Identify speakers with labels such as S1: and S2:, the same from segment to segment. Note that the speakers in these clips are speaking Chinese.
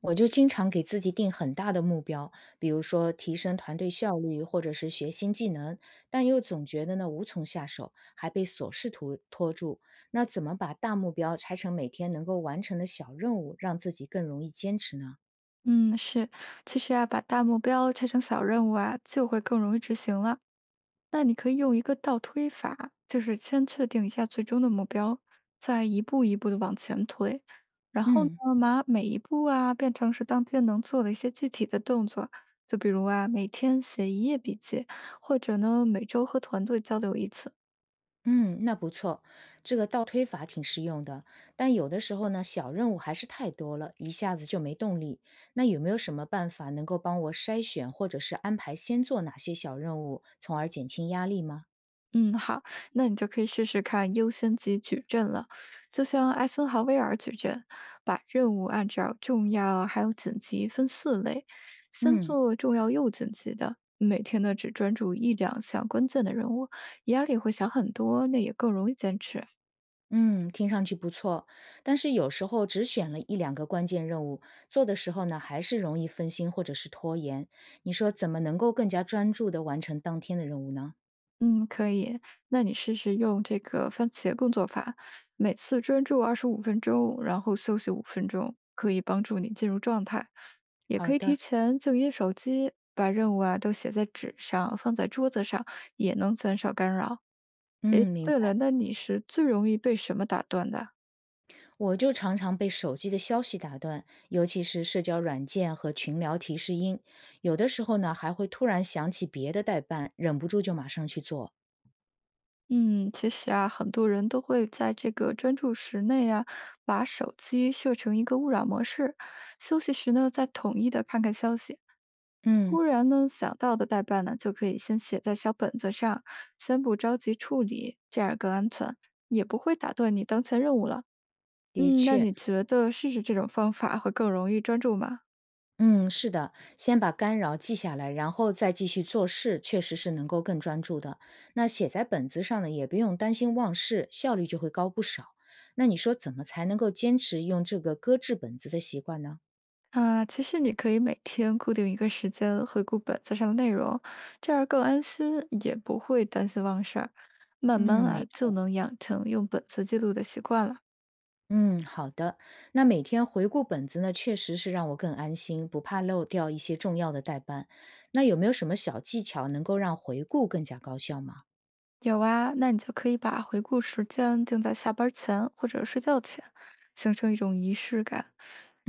S1: 我就经常给自己定很大的目标，比如说提升团队效率，或者是学新技能，但又总觉得呢无从下手，还被琐事拖住。那怎么把大目标拆成每天能够完成的小任务，让自己更容易坚持呢？
S2: 嗯，是，其实啊，把大目标拆成小任务啊，就会更容易执行了。那你可以用一个倒推法，就是先确定一下最终的目标，再一步一步的往前推，然后呢，
S1: 嗯
S2: 把每一步啊变成是当天能做的一些具体的动作，就比如啊，每天写一页笔记，或者呢，每周和团队交流一次。
S1: 嗯，那不错，这个倒推法挺实用的。但有的时候呢，小任务还是太多了，一下子就没动力。那有没有什么办法能够帮我筛选或者是安排先做哪些小任务，从而减轻压力吗？
S2: 嗯，好，那你就可以试试看优先级矩阵了，就像艾森豪威尔矩阵，把任务按照重要还有紧急分四类，先
S1: 嗯
S2: 做重要又紧急的，每天呢只专注一两项关键的任务，压力会小很多，那也更容易坚持。
S1: 嗯，听上去不错，但是有时候只选了一两个关键任务，做的时候呢，还是容易分心或者是拖延。你说怎么能够更加专注地完成当天的任务呢？
S2: 嗯，可以。那你试试用这个番茄工作法，每次专注25分钟，然后休息五分钟，可以帮助你进入状态。也
S1: 好
S2: 可以
S1: 的，
S2: 提前静音手机，把任务啊都写在纸上，放在桌子上，也能减少干扰。诶，
S1: 嗯，明
S2: 对了，
S1: 白。
S2: 那你是最容易被什么打断的？
S1: 我就常常被手机的消息打断，尤其是社交软件和群聊提示音，有的时候呢，还会突然想起别的代办，忍不住就马上去做。
S2: 嗯，其实啊，很多人都会在这个专注时内啊，把手机设成一个勿扰模式，休息时呢，再统一的看看消息。
S1: 嗯，
S2: 忽然呢想到的代办呢，就可以先写在小本子上，先不着急处理，这样更安全，也不会打断你当前任务了。
S1: 的
S2: 嗯，那
S1: 确。
S2: 你觉得试试这种方法会更容易专注吗？
S1: 嗯，是的，先把干扰记下来，然后再继续做事，确实是能够更专注的。那写在本子上呢，也不用担心忘事，效率就会高不少。那你说怎么才能够坚持用这个搁置本子的习惯呢？
S2: 啊，其实你可以每天固定一个时间回顾本子上的内容，这样更安心，也不会担心忘事儿。慢
S1: 嗯，
S2: 慢啊，
S1: 没
S2: 就
S1: 错。
S2: 能养成用本子记录的习惯了。
S1: 嗯，好的。那每天回顾本子呢，确实是让我更安心，不怕漏掉一些重要的代办。那有没有什么小技巧能够让回顾更加高效吗？
S2: 有啊，那你就可以把回顾时间定在下班儿前或者睡觉前，形成一种仪式感。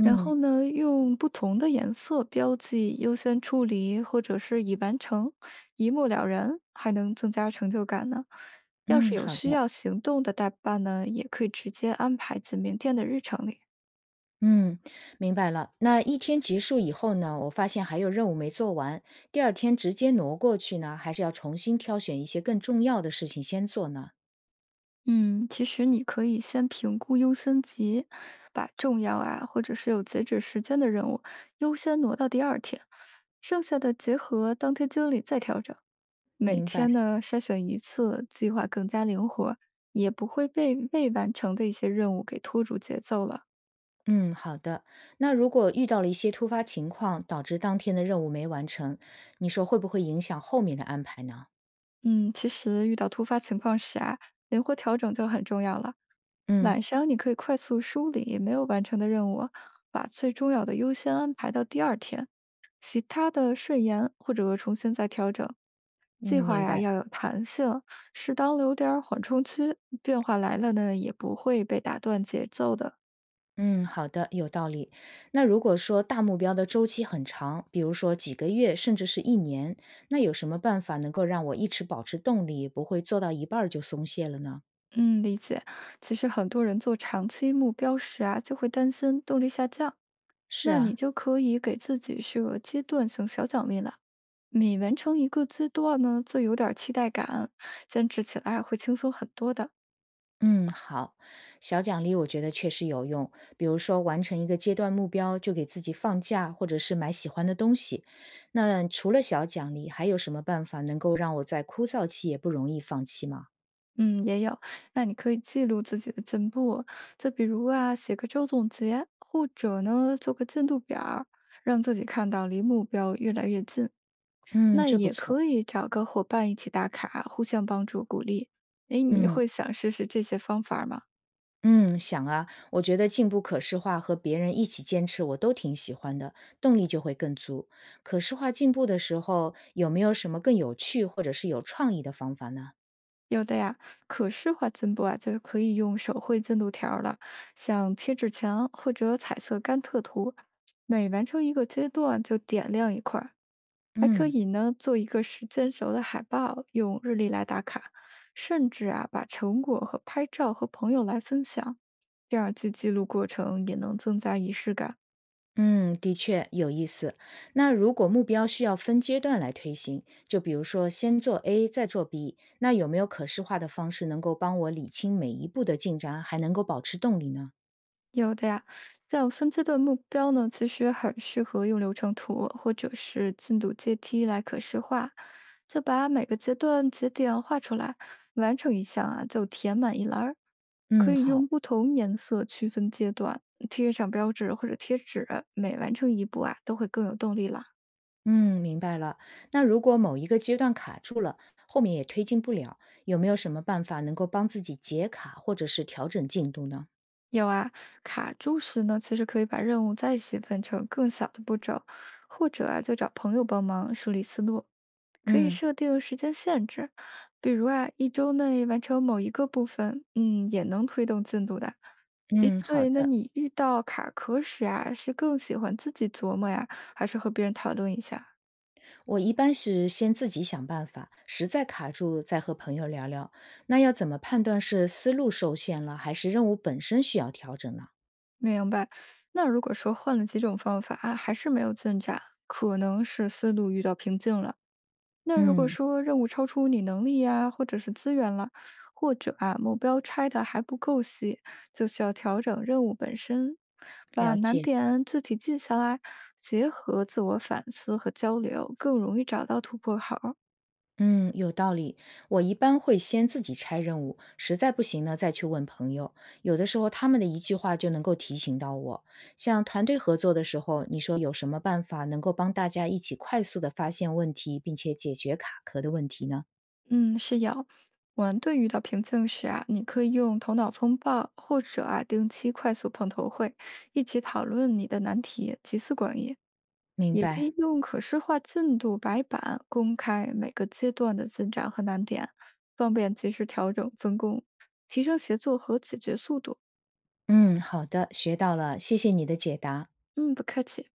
S2: 然后呢，用不同的颜色标记优先处理或者是已完成，一目了然，还能增加成就感呢。要
S1: 嗯，
S2: 是有
S1: 好
S2: 需
S1: 的。
S2: 要行动的代办呢，也可以直接安排进明天的日程里。
S1: 嗯，明白了。那一天结束以后呢，我发现还有任务没做完，第二天直接挪过去呢，还是要重新挑选一些更重要的事情先做呢？
S2: 嗯，其实你可以先评估优先级，把重要啊或者是有截止时间的任务优先挪到第二天，剩下的结合当天经理再调整。每
S1: 明白。
S2: 天呢筛选一次，计划更加灵活，也不会被未完成的一些任务给拖住节奏了。
S1: 嗯，好的。那如果遇到了一些突发情况，导致当天的任务没完成，你说会不会影响后面的安排呢？
S2: 嗯，其实遇到突发情况时啊，灵活调整就很重要了。
S1: 嗯
S2: 晚上你可以快速梳理没有完成的任务，把最重要的优先安排到第二天，其他的顺延或者重新再调整。
S1: 嗯，
S2: 计划
S1: 明
S2: 呀
S1: 白。
S2: 要有弹性，适当留点儿缓冲区，变化来了呢也不会被打断节奏的。
S1: 嗯，好的，有道理。那如果说大目标的周期很长，比如说几个月，甚至是一年，那有什么办法能够让我一直保持动力，不会做到一半儿就松懈了呢？
S2: 嗯，理解。其实很多人做长期目标时啊，就会担心动力下降，
S1: 是
S2: 那你
S1: 啊，
S2: 就可以给自己设阶段性小奖励了。每完成一个阶段呢，就有点儿期待感，坚持起来会轻松很多的。
S1: 嗯，好，小奖励我觉得确实有用，比如说完成一个阶段目标，就给自己放假，或者是买喜欢的东西。那除了小奖励，还有什么办法能够让我在枯燥期也不容易放弃吗？
S2: 嗯，也有。那你可以记录自己的进步，就比如啊，写个周总结，或者呢，做个进度表儿让自己看到离目标越来越近。
S1: 嗯，
S2: 那
S1: 这不
S2: 也
S1: 错。
S2: 可以找个伙伴一起打卡，互相帮助鼓励。诶，你
S1: 嗯。
S2: 会想试试这些方法吗？
S1: 嗯，想啊，我觉得进步可视化和别人一起坚持，我都挺喜欢的，动力就会更足。可视化进步的时候，有没有什么更有趣或者是有创意的方法呢？
S2: 有的呀，可视化进步啊，就可以用手绘进度条儿了，像贴纸墙或者彩色甘特图，每完成一个阶段就点亮一块儿，还可
S1: 嗯
S2: 以呢做一个时间轴的海报，用日历来打卡，甚至啊把成果和拍照和朋友来分享，这样既记录过程，也能增加仪式感。
S1: 嗯，的确有意思。那如果目标需要分阶段来推行，就比如说先做 A，再做 B，那有没有可视化的方式能够帮我理清每一步的进展，还能够保持动力呢？
S2: 有的呀，像分阶段目标呢，其实很适合用流程图或者是进度阶梯来可视化，就把每个阶段节点画出来，完成一项啊就填满一栏儿。
S1: 嗯，
S2: 可以
S1: 好。
S2: 用不同颜色区分阶段，贴上标志或者贴纸，每完成一步啊都会更有动力啦。
S1: 嗯，明白了。那如果某一个阶段卡住了，后面也推进不了，有没有什么办法能够帮自己解卡或者是调整进度呢？
S2: 有啊，卡住时呢，其实可以把任务再细分成更小的步骤，或者啊就找朋友帮忙梳理思路。可以
S1: 嗯
S2: 设定时间限制，比如啊，一周内完成某一个部分，嗯，也能推动进度的。诶，
S1: 嗯，好
S2: 对，那
S1: 的。
S2: 你遇到卡壳时啊，是更喜欢自己琢磨呀，还是和别人讨论一下？
S1: 我一般是先自己想办法，实在卡住再和朋友聊聊。那要怎么判断是思路受限了，还是任务本身需要调整呢？
S2: 明白。那如果说换了几种方法，还是没有进展，可能是思路遇到瓶颈了。那如果
S1: 嗯，
S2: 说任务超出你能力呀，或者是资源了，或者啊目标拆的还不够细，就需要调整任务本身，把
S1: 了
S2: 难
S1: 解。
S2: 点具体记下来，结合自我反思和交流，更容易找到突破口儿。
S1: 嗯，有道理。我一般会先自己拆任务，实在不行呢，再去问朋友。有的时候他们的一句话就能够提醒到我。像团队合作的时候，你说有什么办法能够帮大家一起快速的发现问题，并且解决卡壳的问题呢？
S2: 嗯，是有。我们遇到瓶颈时啊，你可以用头脑风暴，或者啊定期快速碰头会，一起讨论你的难题，集思广益。
S1: 明
S2: 也可
S1: 白。
S2: 以用可视化进度白板公开每个阶段的进展和难点，方便及时调整分工，提升协作和解决速度。
S1: 嗯，好的，学到了，谢谢你的解答。
S2: 嗯，不客气。